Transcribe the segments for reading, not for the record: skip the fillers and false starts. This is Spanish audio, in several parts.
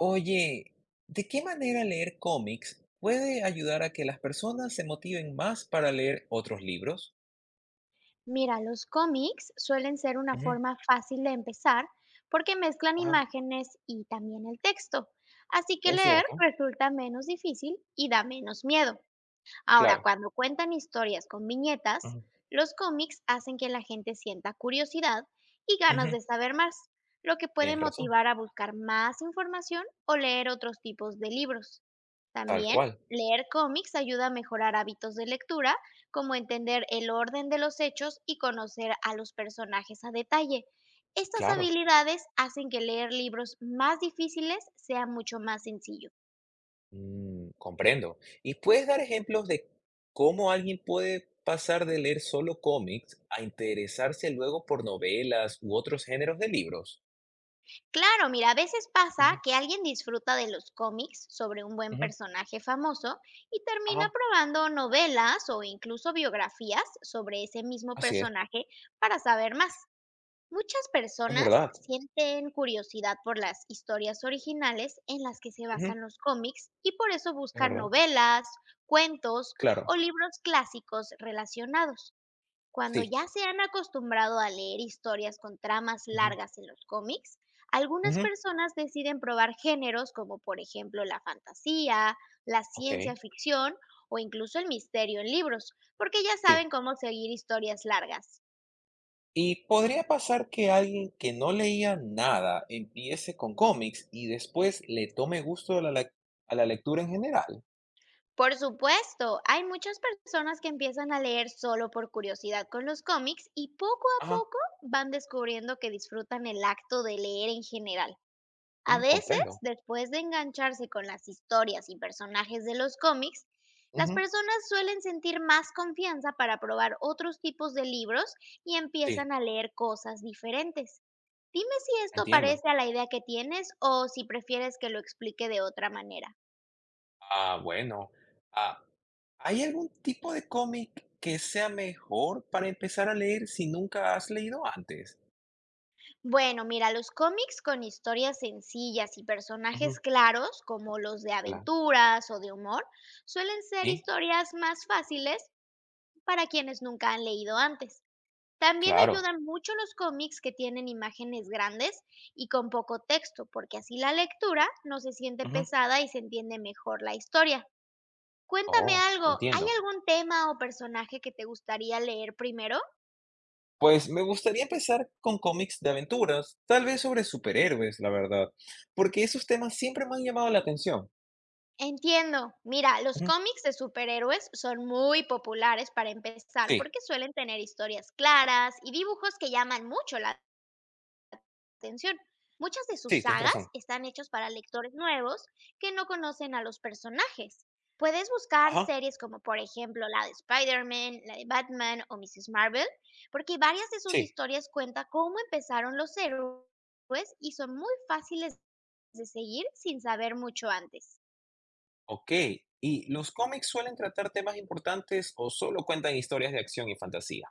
Oye, ¿de qué manera leer cómics puede ayudar a que las personas se motiven más para leer otros libros? Mira, los cómics suelen ser una Ujú. forma fácil de empezar porque mezclan Ajá. imágenes y también el texto, así que Es leer cierto, resulta menos difícil y da menos miedo. Ahora, claro. cuando cuentan historias con viñetas, Ujú. los cómics hacen que la gente sienta curiosidad y ganas Ujú. de saber más, lo que puede Tienes razón, motivar a buscar más información o leer otros tipos de libros. tal También, cual, leer cómics ayuda a mejorar hábitos de lectura, como entender el orden de los hechos y conocer a los personajes a detalle. Estas claro. habilidades hacen que leer libros más difíciles sea mucho más sencillo. Comprendo. ¿Y puedes dar ejemplos de cómo alguien puede pasar de leer solo cómics a interesarse luego por novelas u otros géneros de libros? Claro, mira, a veces pasa Ujú. que alguien disfruta de los cómics sobre un buen Ujú. personaje famoso y termina Ajá, probando novelas o incluso biografías sobre ese mismo así personaje para saber más. Muchas es personas verdad. sienten curiosidad por las historias originales en las que se Ujú. basan los cómics y por eso Es buscan verdad, novelas, cuentos claro, o libros clásicos relacionados. Cuando sí. ya se han acostumbrado a leer historias con tramas Ujú. largas en los cómics, algunas Ujú. personas deciden probar géneros como por ejemplo la fantasía, la Ok. ciencia ficción o incluso el misterio en libros, porque ya Sí. saben cómo seguir historias largas. ¿Y podría pasar que alguien que no leía nada empiece con cómics y después le tome gusto a la, a la lectura en general? Por supuesto, hay muchas personas que empiezan a leer solo por curiosidad con los cómics y poco a Ajá. poco van descubriendo que disfrutan el acto de leer en general. A veces, Comprendo. después de engancharse con las historias y personajes de los cómics, las Ujú. personas suelen sentir más confianza para probar otros tipos de libros y Sí, empiezan a leer cosas diferentes. Dime si esto entiendo. parece a la idea que tienes o si prefieres que lo explique de otra manera. Ah, bueno. Ah, ¿hay algún tipo de cómic que sea mejor para empezar a leer si nunca has leído antes? Bueno, mira, los cómics con historias sencillas y personajes Ujú. claros, como los de cla- aventuras o de humor, suelen ser Sí, historias más fáciles para quienes nunca han leído antes. También claro. ayudan mucho los cómics que tienen imágenes grandes y con poco texto, porque así la lectura no se siente Ujú. pesada y se entiende mejor la historia. Cuéntame Oh, algo, ¿hay entiendo. algún tema o personaje que te gustaría leer primero? Pues me gustaría empezar con cómics de aventuras, tal vez sobre superhéroes, la verdad, porque esos temas siempre me han llamado la atención. Entiendo. Mira, los Ujú. cómics de superhéroes son muy populares para empezar Sí, porque suelen tener historias claras y dibujos que llaman mucho la atención. Muchas de sus sí, tienes sagas razón. están hechas para lectores nuevos que no conocen a los personajes. Puedes buscar Ajá, series como por ejemplo la de Spider-Man, la de Batman o Mrs. Marvel, porque varias de sus sí, historias cuentan cómo empezaron los héroes y son muy fáciles de seguir sin saber mucho antes. ok. ¿Y los cómics suelen tratar temas importantes o solo cuentan historias de acción y fantasía?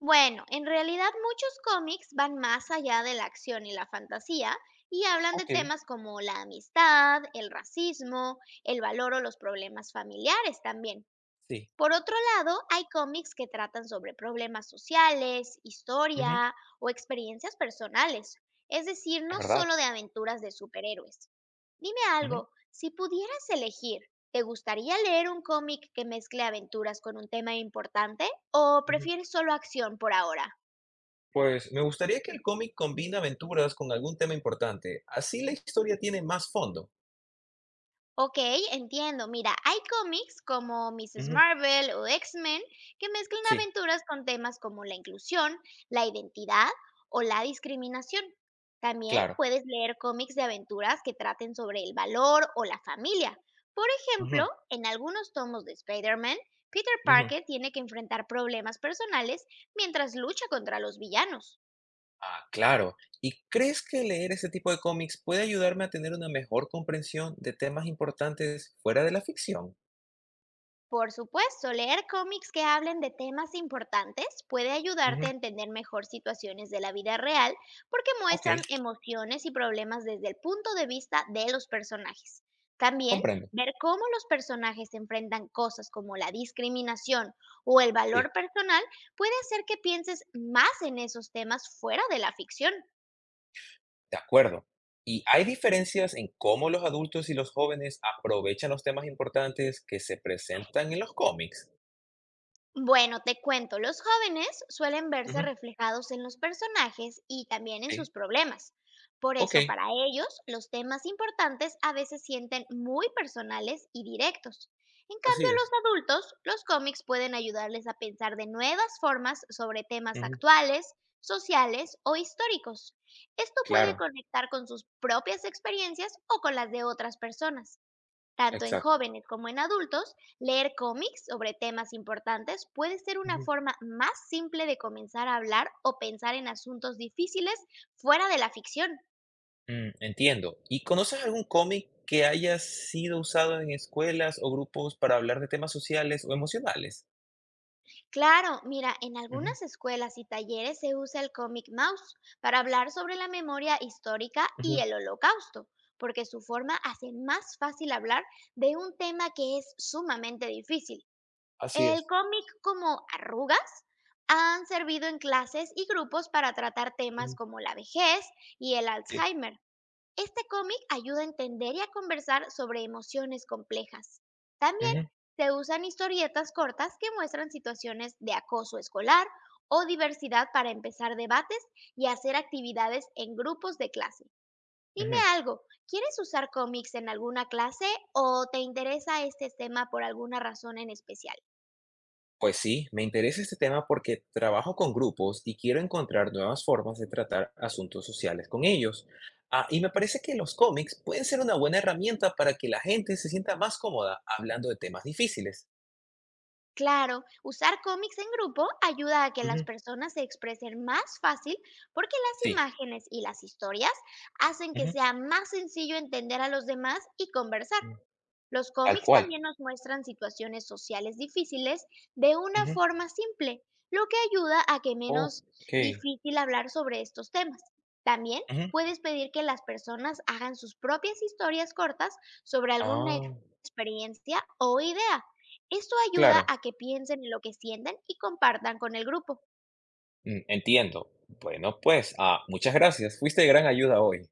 Bueno, en realidad muchos cómics van más allá de la acción y la fantasía y hablan de Ok, temas como la amistad, el racismo, el valor o los problemas familiares también. sí, Por otro lado, hay cómics que tratan sobre problemas sociales, ujú, historia o experiencias personales, es decir, es no verdad. solo de aventuras de superhéroes. Dime Ujú. algo, si pudieras elegir, ¿te gustaría leer un cómic que mezcle aventuras con un tema importante o Ujú. prefieres solo acción por ahora? Pues me gustaría que el cómic combine aventuras con algún tema importante, así la historia tiene más fondo. Ok, entiendo. Mira, hay cómics como Mrs. Ujú. Marvel o X-Men que mezclan Sí, aventuras con temas como la inclusión, la identidad o la discriminación. También claro. puedes leer cómics de aventuras que traten sobre el valor o la familia. Por Ujú. ejemplo, en algunos tomos de Spider-Man, Peter Ujú. Parker tiene que enfrentar problemas personales mientras lucha contra los villanos. Ah, claro. ¿Y crees que leer ese tipo de cómics puede ayudarme a tener una mejor comprensión de temas importantes fuera de la ficción? Por supuesto, leer cómics que hablen de temas importantes puede Ujú. ayudarte a entender mejor situaciones de la vida real porque Ok, muestran emociones y problemas desde el punto de vista de los personajes. También, comprendo. ver cómo los personajes enfrentan cosas como la discriminación o el Sí, valor personal puede hacer que pienses más en esos temas fuera de la ficción. de acuerdo. ¿Y hay diferencias en cómo los adultos y los jóvenes aprovechan los temas importantes que se presentan en los cómics? Bueno, te cuento, los jóvenes suelen verse Ujú. reflejados en los personajes y también en sus Sí, problemas. Por ok, eso, para ellos, los temas importantes a veces sienten muy personales y directos. En así cambio, los es. adultos, los cómics pueden ayudarles a pensar de nuevas formas sobre temas Ujú. actuales, sociales o históricos. Esto puede Claro, conectar con sus propias experiencias o con las de otras personas. Tanto en exacto. jóvenes como en adultos, leer cómics sobre temas importantes puede ser una Ujú. forma más simple de comenzar a hablar o pensar en asuntos difíciles fuera de la ficción. Entiendo. ¿Y conoces algún cómic que haya sido usado en escuelas o grupos para hablar de temas sociales o emocionales? Claro, mira, en Ujú. algunas escuelas y talleres se usa el cómic mouse para hablar sobre la memoria histórica y Ujú. el holocausto, porque su forma hace más fácil hablar de un tema que es sumamente difícil. Así El es. cómic como Arrugas han servido en clases y grupos para tratar temas Ujú. como la vejez y el Sí. Alzheimer. Este cómic ayuda a entender y a conversar sobre emociones complejas. También Ujú. se usan historietas cortas que muestran situaciones de acoso escolar o diversidad para empezar debates y hacer actividades en grupos de clase. Dime Ujú. algo, ¿quieres usar cómics en alguna clase o te interesa este tema por alguna razón en especial? Pues sí, me interesa este tema porque trabajo con grupos y quiero encontrar nuevas formas de tratar asuntos sociales con ellos. Ah, y me parece que los cómics pueden ser una buena herramienta para que la gente se sienta más cómoda hablando de temas difíciles. Claro, usar cómics en grupo ayuda a que las Ujú. personas se expresen más fácil porque las Sí, imágenes y las historias hacen que ujú, sea más sencillo entender a los demás y conversar. mm, Los tal cómics cual. también nos muestran situaciones sociales difíciles de una Ujú. forma simple, lo que ayuda a que menos Ok. difícil hablar sobre estos temas. También Ujú. puedes pedir que las personas hagan sus propias historias cortas sobre Ah, experiencia o idea. Esto ayuda claro. a que piensen en lo que sienten y compartan con el grupo. Entiendo. Bueno, pues, muchas gracias. Fuiste de gran ayuda hoy.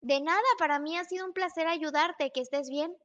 De nada, para mí ha sido un placer ayudarte, que estés bien.